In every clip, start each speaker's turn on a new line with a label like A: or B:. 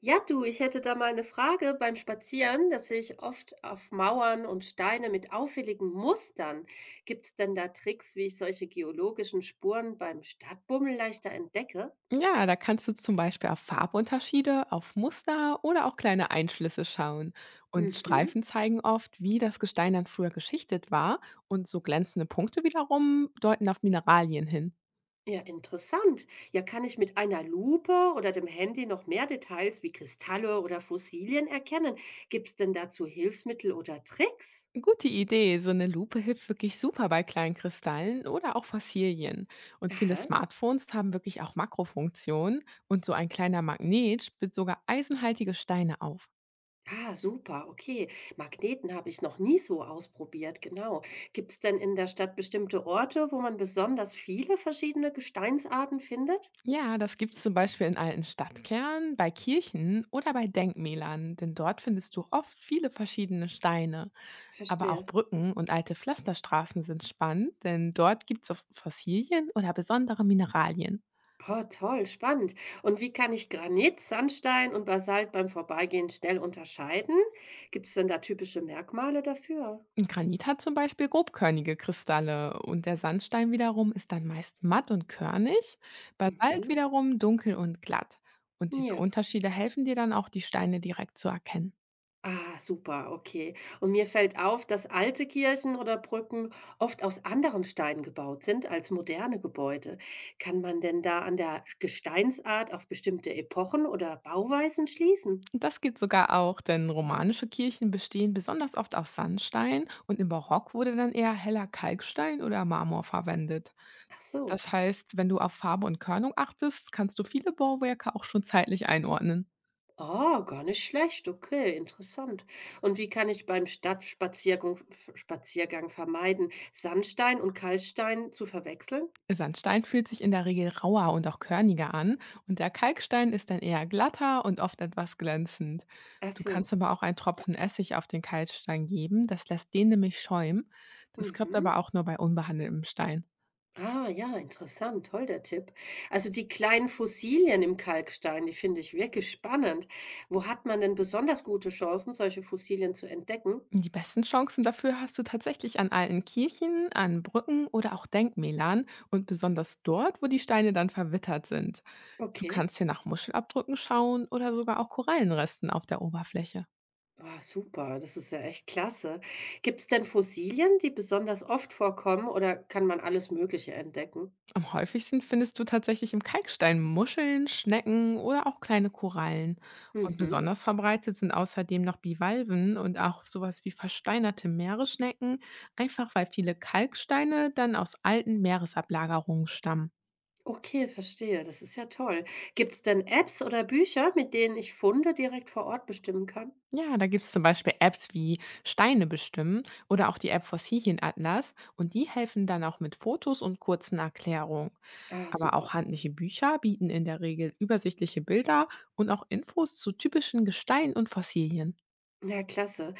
A: Ja, du, ich hätte da mal eine Frage beim Spazieren, da sehe ich oft auf Mauern und Steine mit auffälligen Mustern. Gibt's denn da Tricks, wie ich solche geologischen Spuren beim Stadtbummel leichter entdecke?
B: Ja, da kannst du zum Beispiel auf Farbunterschiede, auf Muster oder auch kleine Einschlüsse schauen. Und
A: Mhm.
B: Streifen zeigen oft, wie das Gestein dann früher geschichtet war. Und so glänzende Punkte wiederum deuten auf Mineralien hin.
A: Ja, interessant. Ja, kann ich mit einer Lupe oder dem Handy noch mehr Details wie Kristalle oder Fossilien erkennen? Gibt's denn dazu Hilfsmittel oder Tricks?
B: Gute Idee, so eine Lupe hilft wirklich super bei kleinen Kristallen oder auch Fossilien. Und viele
A: Aha.
B: Smartphones haben wirklich auch Makrofunktionen und so ein kleiner Magnet spitzt sogar eisenhaltige Steine auf.
A: Ah, super, okay. Magneten habe ich noch nie so ausprobiert, genau. Gibt es denn in der Stadt bestimmte Orte, wo man besonders viele verschiedene Gesteinsarten findet?
B: Ja, das gibt es zum Beispiel in alten Stadtkernen, bei Kirchen oder bei Denkmälern, denn dort findest du oft viele verschiedene Steine. Aber auch
A: Verstehe.
B: Brücken und alte Pflasterstraßen sind spannend, denn dort gibt es Fossilien oder besondere Mineralien.
A: Oh, toll, spannend. Und wie kann ich Granit, Sandstein und Basalt beim Vorbeigehen schnell unterscheiden? Gibt es denn da typische Merkmale dafür?
B: Ein Granit hat zum Beispiel grobkörnige Kristalle und der Sandstein wiederum ist dann meist matt und körnig, Basalt
A: Mhm.
B: wiederum dunkel und glatt. Und diese
A: Ja.
B: Unterschiede helfen dir dann auch, die Steine direkt zu erkennen.
A: Ah, super, okay. Und mir fällt auf, dass alte Kirchen oder Brücken oft aus anderen Steinen gebaut sind als moderne Gebäude. Kann man denn da an der Gesteinsart auf bestimmte Epochen oder Bauweisen schließen?
B: Das geht sogar auch, denn romanische Kirchen bestehen besonders oft aus Sandstein und im Barock wurde dann eher heller Kalkstein oder Marmor verwendet.
A: Ach so.
B: Das heißt, wenn du auf Farbe und Körnung achtest, kannst du viele Bauwerke auch schon zeitlich einordnen.
A: Oh, gar nicht schlecht. Okay, interessant. Und wie kann ich beim Stadtspaziergang Spaziergang vermeiden, Sandstein und Kalkstein zu verwechseln?
B: Sandstein fühlt sich in der Regel rauer und auch körniger an und der Kalkstein ist dann eher glatter und oft etwas glänzend.
A: Ach
B: Du kannst
A: so.
B: aber auch einen Tropfen Essig auf den Kalkstein geben, das lässt den nämlich schäumen. Das klappt
A: Mhm.
B: aber auch nur bei unbehandeltem Stein.
A: Ah, ja, interessant. Toll, der Tipp. Also die kleinen Fossilien im Kalkstein, die finde ich wirklich spannend. Wo hat man denn besonders gute Chancen, solche Fossilien zu entdecken?
B: Die besten Chancen dafür hast du tatsächlich an alten Kirchen, an Brücken oder auch Denkmälern und besonders dort, wo die Steine dann verwittert sind. Du
A: Okay.
B: kannst hier nach Muschelabdrücken schauen oder sogar auch Korallenresten auf der Oberfläche.
A: Ah, super, das ist ja echt klasse. Gibt es denn Fossilien, die besonders oft vorkommen oder kann man alles Mögliche entdecken?
B: Am häufigsten findest du tatsächlich im Kalkstein Muscheln, Schnecken oder auch kleine Korallen. Und
A: Mhm.
B: besonders verbreitet sind außerdem noch Bivalven und auch sowas wie versteinerte Meeresschnecken, einfach weil viele Kalksteine dann aus alten Meeresablagerungen stammen.
A: Okay, verstehe. Das ist ja toll. Gibt es denn Apps oder Bücher, mit denen ich Funde direkt vor Ort bestimmen kann?
B: Ja, da gibt's zum Beispiel Apps wie Steine bestimmen oder auch die App Fossilienatlas und die helfen dann auch mit Fotos und kurzen Erklärungen.
A: Ah,
B: Aber
A: super.
B: auch handliche Bücher bieten in der Regel übersichtliche Bilder und auch Infos zu typischen Gesteinen und Fossilien.
A: Ja, klasse.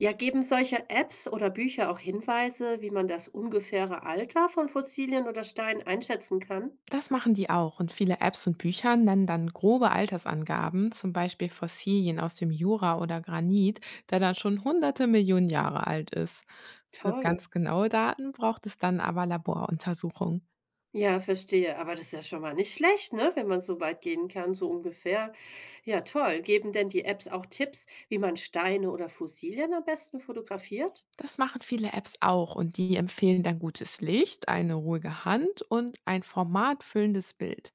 A: Ja, geben solche Apps oder Bücher auch Hinweise, wie man das ungefähre Alter von Fossilien oder Steinen einschätzen kann?
B: Das machen die auch und viele Apps und Bücher nennen dann grobe Altersangaben, zum Beispiel Fossilien aus dem Jura oder Granit, der dann schon hunderte Millionen Jahre alt ist. Für
A: Toll.
B: ganz genaue Daten braucht es dann aber Laboruntersuchungen.
A: Ja, verstehe. Aber das ist ja schon mal nicht schlecht, ne? Wenn man so weit gehen kann, so ungefähr. Ja, toll. Geben denn die Apps auch Tipps, wie man Steine oder Fossilien am besten fotografiert?
B: Das machen viele Apps auch und die empfehlen dann gutes Licht, eine ruhige Hand und ein formatfüllendes Bild.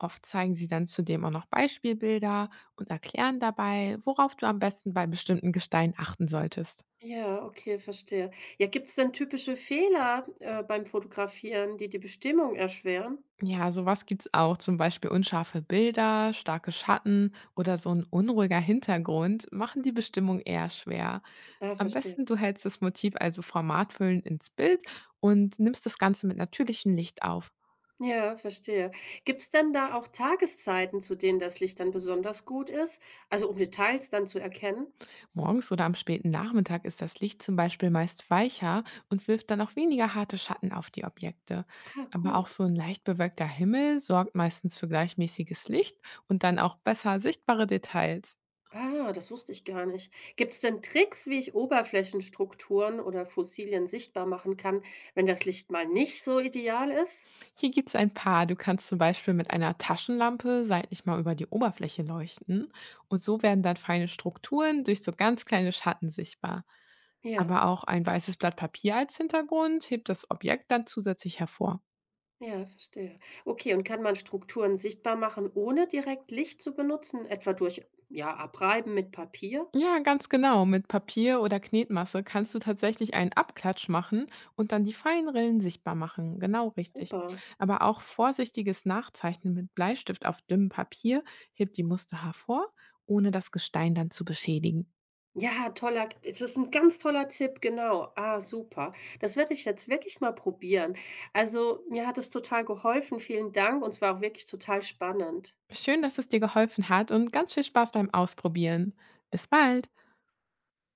B: Oft zeigen sie dann zudem auch noch Beispielbilder und erklären dabei, worauf du am besten bei bestimmten Gesteinen achten solltest.
A: Ja, okay, verstehe. Ja, gibt es denn typische Fehler, beim Fotografieren, die die Bestimmung erschweren?
B: Ja, sowas gibt's auch, zum Beispiel unscharfe Bilder, starke Schatten oder so ein unruhiger Hintergrund machen die Bestimmung eher schwer.
A: Ah,
B: Am
A: verstehe.
B: besten du hältst das Motiv also formatfüllend ins Bild und nimmst das Ganze mit natürlichem Licht auf.
A: Ja, verstehe. Gibt's denn da auch Tageszeiten, zu denen das Licht dann besonders gut ist? Also, um Details dann zu erkennen?
B: Morgens oder am späten Nachmittag ist das Licht zum Beispiel meist weicher und wirft dann auch weniger harte Schatten auf die Objekte.
A: Ah,
B: Aber auch
A: gut.
B: so ein leicht bewölkter Himmel sorgt meistens für gleichmäßiges Licht und dann auch besser sichtbare Details.
A: Ah, das wusste ich gar nicht. Gibt's denn Tricks, wie ich Oberflächenstrukturen oder Fossilien sichtbar machen kann, wenn das Licht mal nicht so ideal ist?
B: Hier gibt es ein paar. Du kannst zum Beispiel mit einer Taschenlampe seitlich mal über die Oberfläche leuchten und so werden dann feine Strukturen durch so ganz kleine Schatten sichtbar.
A: Ja,
B: Aber auch ein weißes Blatt Papier als Hintergrund hebt das Objekt dann zusätzlich hervor.
A: ja, verstehe. Okay, und kann man Strukturen sichtbar machen, ohne direkt Licht zu benutzen, etwa durch, ja, Abreiben mit Papier?
B: Ja, ganz genau. Mit Papier oder Knetmasse kannst du tatsächlich einen Abklatsch machen und dann die feinen Rillen sichtbar machen. Genau richtig.
A: Super.
B: Aber auch vorsichtiges Nachzeichnen mit Bleistift auf dünnem Papier hebt die Muster hervor, ohne das Gestein dann zu beschädigen.
A: Ja, toller es ist ein ganz toller Tipp, genau. Ah, super. Das werde ich jetzt wirklich mal probieren. Also, mir hat es total geholfen. Vielen Dank und es war auch wirklich total spannend.
B: Schön, dass es dir geholfen hat und ganz viel Spaß beim Ausprobieren. Bis bald!